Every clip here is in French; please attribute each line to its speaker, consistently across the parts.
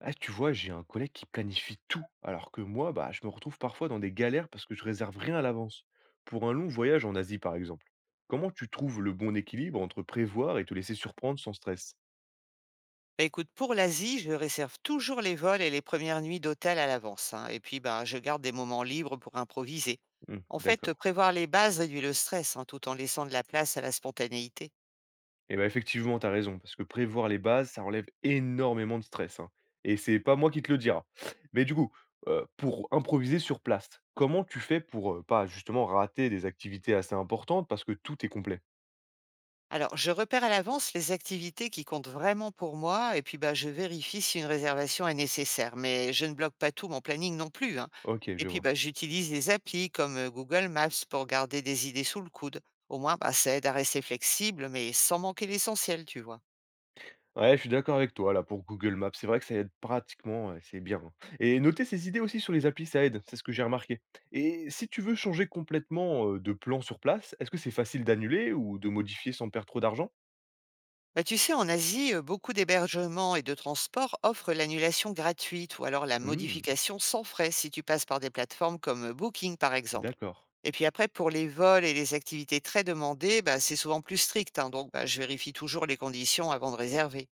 Speaker 1: Ah, tu vois, j'ai un collègue qui planifie tout, alors que moi, bah, je me retrouve parfois dans des galères parce que je réserve rien à l'avance. Pour un long voyage en Asie, par exemple, comment tu trouves le bon équilibre entre prévoir et te laisser surprendre sans stress?
Speaker 2: Bah, écoute, pour l'Asie, je réserve toujours les vols et les premières nuits d'hôtel à l'avance, hein. Et puis, bah, je garde des moments libres pour improviser.
Speaker 1: Hmm,
Speaker 2: En fait,
Speaker 1: d'accord.
Speaker 2: prévoir les bases réduit le stress, hein, tout en laissant de la place à la spontanéité.
Speaker 1: Et bah, effectivement, t'as raison, parce que prévoir les bases, ça enlève énormément de stress, hein. Et c'est pas moi qui te le dira. Mais du coup, pour improviser sur place, comment tu fais pour pas justement rater des activités assez importantes parce que tout est complet?
Speaker 2: Alors, je repère à l'avance les activités qui comptent vraiment pour moi, et puis bah, je vérifie si une réservation est nécessaire. Mais je ne bloque pas tout mon planning non plus, hein.
Speaker 1: Ok,
Speaker 2: Et
Speaker 1: je
Speaker 2: puis,
Speaker 1: vois.
Speaker 2: bah, j'utilise des applis comme Google Maps pour garder des idées sous le coude. Au moins, bah, ça aide à rester flexible, mais sans manquer l'essentiel, tu vois.
Speaker 1: Ouais, je suis d'accord avec toi là pour Google Maps. C'est vrai que ça aide pratiquement, ouais, c'est bien, hein. Et noter ses idées aussi sur les applis, ça aide, c'est ce que j'ai remarqué. Et si tu veux changer complètement de plan sur place, est-ce que c'est facile d'annuler ou de modifier sans perdre trop d'argent?
Speaker 2: Bah, tu sais, en Asie, beaucoup d'hébergements et de transports offrent l'annulation gratuite ou alors la
Speaker 1: Hmm,
Speaker 2: modification sans frais si tu passes par des plateformes comme Booking, par exemple.
Speaker 1: d'accord.
Speaker 2: Et puis après, pour les vols et les activités très demandées, bah, c'est souvent plus strict, hein, donc, bah, je vérifie toujours les conditions avant de réserver.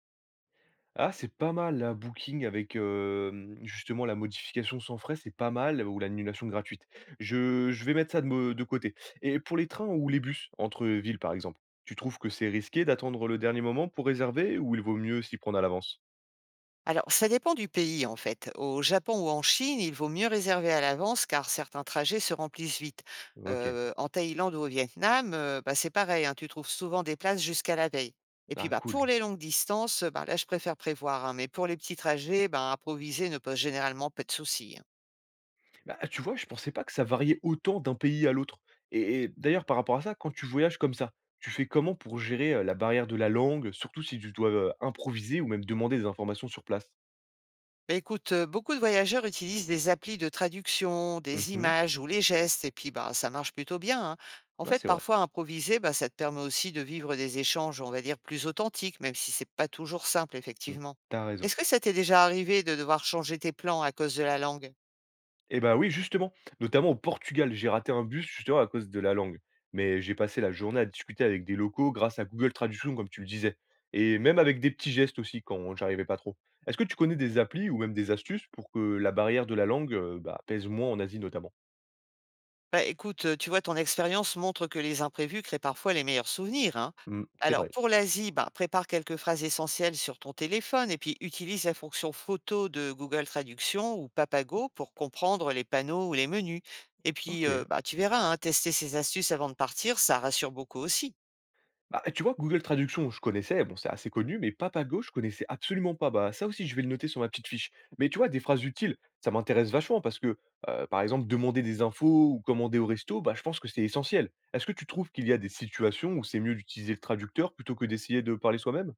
Speaker 1: Ah, c'est pas mal la Booking avec justement la modification sans frais, c'est pas mal, ou l'annulation gratuite. Je vais mettre ça de, de côté. Et pour les trains ou les bus entre villes par exemple, tu trouves que c'est risqué d'attendre le dernier moment pour réserver ou il vaut mieux s'y prendre à l'avance?
Speaker 2: Alors, ça dépend du pays en fait. Au Japon ou en Chine, il vaut mieux réserver à l'avance car certains trajets se remplissent vite.
Speaker 1: OK.
Speaker 2: En Thaïlande ou au Vietnam, bah, c'est pareil, hein, tu trouves souvent des places jusqu'à la veille. Et puis
Speaker 1: Ah
Speaker 2: bah, pour
Speaker 1: cool.
Speaker 2: les longues distances, bah, là je préfère prévoir, hein, mais pour les petits trajets, bah, improviser ne pose généralement pas de soucis, hein.
Speaker 1: Bah, tu vois, je pensais pas que ça variait autant d'un pays à l'autre. Et d'ailleurs, par rapport à ça, quand tu voyages comme ça, tu fais comment pour gérer, la barrière de la langue, surtout si tu dois, improviser ou même demander des informations sur place?
Speaker 2: Bah, écoute, beaucoup de voyageurs utilisent des applis de traduction, des
Speaker 1: Mmh.
Speaker 2: images ou les gestes et puis, bah, ça marche plutôt bien, hein. En
Speaker 1: Ouais,
Speaker 2: fait,
Speaker 1: c'est vrai.
Speaker 2: parfois improviser, bah, ça te permet aussi de vivre des échanges, on va dire, plus authentiques, même si c'est pas toujours simple,
Speaker 1: Mmh.
Speaker 2: effectivement.
Speaker 1: Tu raison.
Speaker 2: Est-ce que ça t'est déjà arrivé de devoir changer tes plans à cause de la langue?
Speaker 1: Eh bah, oui, justement, notamment au Portugal, j'ai raté un bus justement à cause de la langue. Mais j'ai passé la journée à discuter avec des locaux grâce à Google Traduction, comme tu le disais. Et même avec des petits gestes aussi quand j'arrivais pas trop. Est-ce que tu connais des applis ou même des astuces pour que la barrière de la langue bah, pèse moins en Asie notamment?
Speaker 2: Bah, écoute, tu vois, ton expérience montre que les imprévus créent parfois les meilleurs souvenirs, hein.
Speaker 1: Hmm, c'est
Speaker 2: Alors
Speaker 1: vrai.
Speaker 2: pour l'Asie, ben, prépare quelques phrases essentielles sur ton téléphone et puis utilise la fonction photo de Google Traduction ou Papago pour comprendre les panneaux ou les menus. Et puis,
Speaker 1: Ok.
Speaker 2: bah, tu verras, hein, tester ces astuces avant de partir, ça rassure beaucoup aussi.
Speaker 1: Bah, tu vois, Google Traduction, je connaissais, bon, c'est assez connu, mais Papago, je connaissais absolument pas. Bah, ça aussi, je vais le noter sur ma petite fiche. Mais tu vois, des phrases utiles, ça m'intéresse vachement parce que, par exemple, demander des infos ou commander au resto, bah, je pense que c'est essentiel. Est-ce que tu trouves qu'il y a des situations où c'est mieux d'utiliser le traducteur plutôt que d'essayer de parler soi-même?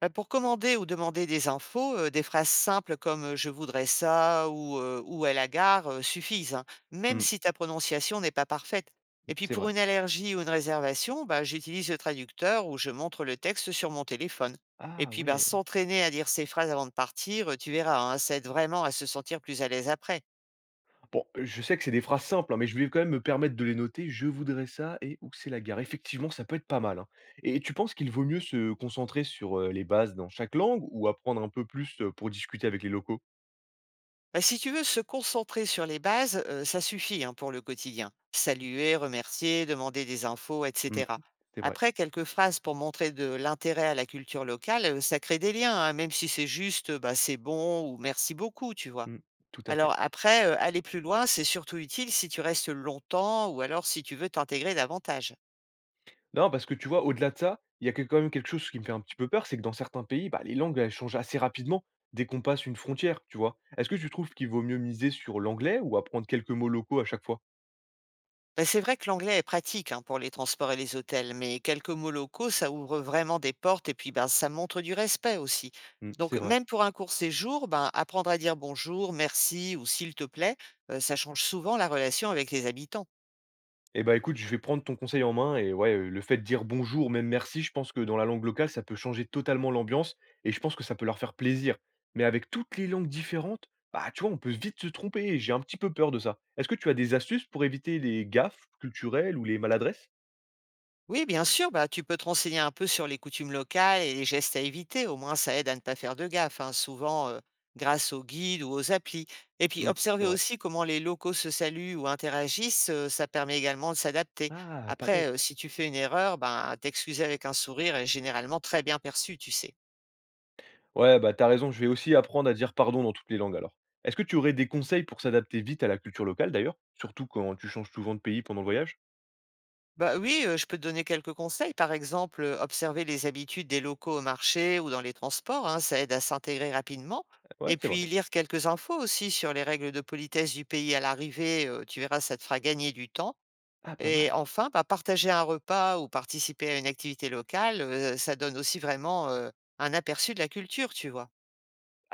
Speaker 2: Bah, pour commander ou demander des infos, des phrases simples comme: «Je voudrais ça» ou: «Où est la gare?» Suffisent, hein, même
Speaker 1: Hmm,
Speaker 2: si ta prononciation n'est pas parfaite. Et puis
Speaker 1: c'est
Speaker 2: pour
Speaker 1: vrai.
Speaker 2: une allergie ou une réservation, bah, j'utilise le traducteur ou je montre le texte sur mon téléphone. Et
Speaker 1: Ah
Speaker 2: puis, bah,
Speaker 1: ouais.
Speaker 2: s'entraîner à dire ces phrases avant de partir, tu verras, hein, ça aide vraiment à se sentir plus à l'aise après.
Speaker 1: Bon, je sais que c'est des phrases simples, hein, mais je vais quand même me permettre de les noter. Je voudrais ça et où que c'est la gare. Effectivement, ça peut être pas mal, hein. Et tu penses qu'il vaut mieux se concentrer sur les bases dans chaque langue ou apprendre un peu plus pour discuter avec les locaux?
Speaker 2: Bah, si tu veux se concentrer sur les bases, ça suffit, hein, pour le quotidien. Saluer, remercier, demander des infos,
Speaker 1: Mm,
Speaker 2: etc.
Speaker 1: c'est vrai.
Speaker 2: Après, quelques phrases pour montrer de l'intérêt à la culture locale, ça crée des liens, hein, même si c'est juste bah, c'est bon ou merci beaucoup, tu vois.
Speaker 1: Mm, tout à fait.
Speaker 2: Alors après, aller plus loin, c'est surtout utile si tu restes longtemps ou alors si tu veux t'intégrer davantage.
Speaker 1: Non, parce que tu vois, au-delà de ça, il y a quand même quelque chose qui me fait un petit peu peur, c'est que dans certains pays, bah, les langues elles changent assez rapidement dès qu'on passe une frontière, tu vois. Est-ce que tu trouves qu'il vaut mieux miser sur l'anglais ou apprendre quelques mots locaux à chaque fois?
Speaker 2: Ben c'est vrai que l'anglais est pratique, hein, pour les transports et les hôtels, mais quelques mots locaux, ça ouvre vraiment des portes et puis ben, ça montre du respect aussi.
Speaker 1: Mm,
Speaker 2: Donc
Speaker 1: c'est vrai.
Speaker 2: même pour un court séjour, ben, apprendre à dire bonjour, merci ou s'il te plaît, ça change souvent la relation avec les habitants.
Speaker 1: Eh bah, écoute, je vais prendre ton conseil en main et ouais, le fait de dire «bonjour», même «merci», je pense que dans la langue locale, ça peut changer totalement l'ambiance et je pense que ça peut leur faire plaisir. Mais avec toutes les langues différentes, bah, tu vois, on peut vite se tromper et j'ai un petit peu peur de ça. Est-ce que tu as des astuces pour éviter les gaffes culturelles ou les maladresses?
Speaker 2: Oui, bien sûr, bah, tu peux te renseigner un peu sur les coutumes locales et les gestes à éviter. Au moins, ça aide à ne pas faire de gaffe, hein, souvent grâce aux guides ou aux applis. Et puis,
Speaker 1: Mmh, c'est
Speaker 2: observer
Speaker 1: vrai.
Speaker 2: aussi comment les locaux se saluent ou interagissent, ça permet également de s'adapter.
Speaker 1: Ah, pas
Speaker 2: Après,
Speaker 1: bête.
Speaker 2: si tu fais une erreur, ben, t'excuser avec un sourire est généralement très bien perçu, tu sais.
Speaker 1: Ouais, bah, t'as raison, je vais aussi apprendre à dire «pardon» dans toutes les langues alors. Est-ce que tu aurais des conseils pour s'adapter vite à la culture locale d'ailleurs? Surtout quand tu changes souvent de pays pendant le voyage?
Speaker 2: Bah oui, je peux te donner quelques conseils. Par exemple, observer les habitudes des locaux au marché ou dans les transports, hein, ça aide à s'intégrer rapidement.
Speaker 1: Ouais,
Speaker 2: Et
Speaker 1: c'est vrai.
Speaker 2: puis lire quelques infos aussi sur les règles de politesse du pays à l'arrivée, tu verras, ça te fera gagner du temps.
Speaker 1: Ah, pas mal.
Speaker 2: Et enfin, bah, partager un repas ou participer à une activité locale, ça donne aussi vraiment, un aperçu de la culture, tu vois?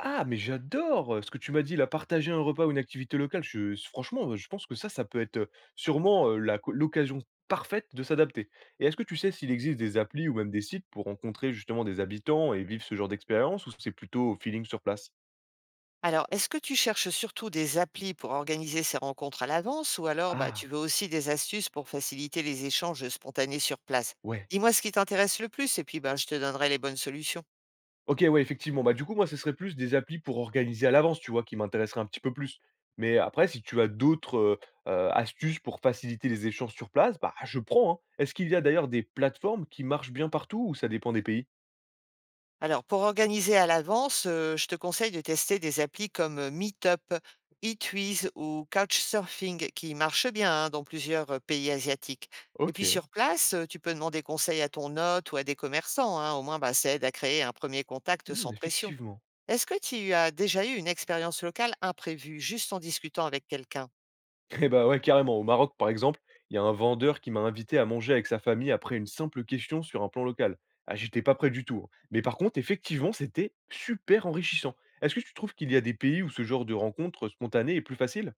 Speaker 1: Ah, mais j'adore, ce que tu m'as dit là, partager un repas ou une activité locale, je franchement, je pense que ça peut être, sûrement, la co l'occasion parfaite de s'adapter. Et est-ce que tu sais s'il existe des applis ou même des sites pour rencontrer justement des habitants et vivre ce genre d'expérience ou c'est plutôt au feeling sur place?
Speaker 2: Alors, est-ce que tu cherches surtout des applis pour organiser ces rencontres à l'avance ou alors bah, tu
Speaker 1: Ah,
Speaker 2: veux aussi des astuces pour faciliter les échanges spontanés sur place?
Speaker 1: ouais.
Speaker 2: Dis-moi ce qui t'intéresse le plus et puis bah, je te donnerai les bonnes solutions.
Speaker 1: OK, ouais, effectivement. Bah, du coup, moi, ce serait plus des applis pour organiser à l'avance, tu vois, qui m'intéresseraient un petit peu plus. Mais après, si tu as d'autres, astuces pour faciliter les échanges sur place, bah, je prends, hein. Est-ce qu'il y a d'ailleurs des plateformes qui marchent bien partout ou ça dépend des pays?
Speaker 2: Alors, pour organiser à l'avance, je te conseille de tester des applis comme Meetup, eTwiz ou Couchsurfing qui marchent bien, hein, dans plusieurs pays asiatiques. Et puis
Speaker 1: OK,
Speaker 2: sur place, tu peux demander conseil à ton hôte ou à des commerçants, hein. Au moins, bah, ça aide à créer un premier contact
Speaker 1: mmh,
Speaker 2: sans pression.
Speaker 1: effectivement.
Speaker 2: Est-ce que tu as déjà eu une expérience locale imprévue, juste en discutant avec quelqu'un?
Speaker 1: Eh bah, ouais, carrément. Au Maroc, par exemple, il y a un vendeur qui m'a invité à manger avec sa famille après une simple question sur un plan local. Ah, j'étais pas prêt du tout, hein. Mais par contre, effectivement, c'était super enrichissant. Est-ce que tu trouves qu'il y a des pays où ce genre de rencontre spontanée est plus facile?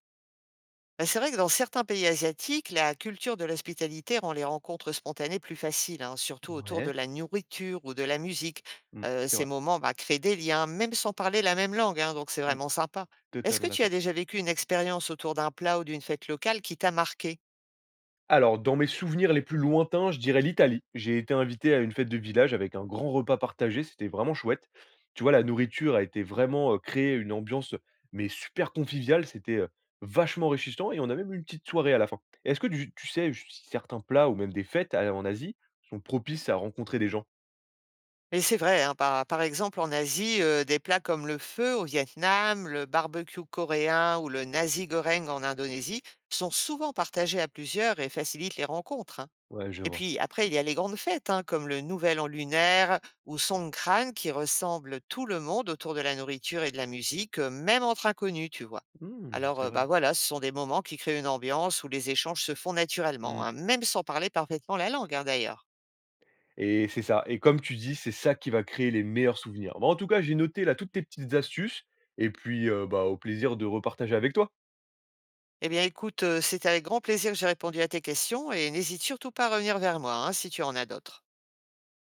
Speaker 2: Bah, c'est vrai que dans certains pays asiatiques, la culture de l'hospitalité rend les rencontres spontanées plus faciles, hein, surtout autour de
Speaker 1: Ouais,
Speaker 2: la nourriture ou de la musique.
Speaker 1: mmh,
Speaker 2: Euh,
Speaker 1: c'est
Speaker 2: ces
Speaker 1: vrai.
Speaker 2: moments bah, créent des liens, même sans parler la même langue, hein, donc c'est
Speaker 1: Mmh,
Speaker 2: vraiment sympa. Est-ce
Speaker 1: totalement
Speaker 2: que tu as
Speaker 1: d'accord.
Speaker 2: déjà vécu une expérience autour d'un plat ou d'une fête locale qui t'a marqué?
Speaker 1: Alors, dans mes souvenirs les plus lointains, je dirais l'Italie. J'ai été invité à une fête de village avec un grand repas partagé, c'était vraiment chouette. Tu vois, la nourriture a été vraiment créée une ambiance mais super conviviale, c'était vachement enrichissant et on a même eu une petite soirée à la fin. Est-ce que tu sais si certains plats ou même des fêtes en Asie sont propices à rencontrer des gens?
Speaker 2: Et c'est vrai, hein, par exemple en Asie, des plats comme le feu au Vietnam, le barbecue coréen ou le nasi goreng en Indonésie sont souvent partagés à plusieurs et facilitent les rencontres, hein.
Speaker 1: Ouais, je
Speaker 2: Et
Speaker 1: vois.
Speaker 2: puis après, il y a les grandes fêtes, hein, comme le Nouvel An lunaire ou Songkran qui ressemblent tout le monde autour de la nourriture et de la musique, même entre inconnus, tu vois?
Speaker 1: Mmh,
Speaker 2: Alors,
Speaker 1: c'est
Speaker 2: bah,
Speaker 1: vrai.
Speaker 2: voilà, ce sont des moments qui créent une ambiance où les échanges se font naturellement, hein, même sans parler parfaitement la langue, hein, d'ailleurs.
Speaker 1: Et c'est ça. Et comme tu dis, c'est ça qui va créer les meilleurs souvenirs. Bah, en tout cas, j'ai noté là toutes tes petites astuces et puis, bah, au plaisir de repartager avec toi.
Speaker 2: Eh bien, écoute, c'est avec grand plaisir que j'ai répondu à tes questions et n'hésite surtout pas à revenir vers moi, hein, si tu en as d'autres.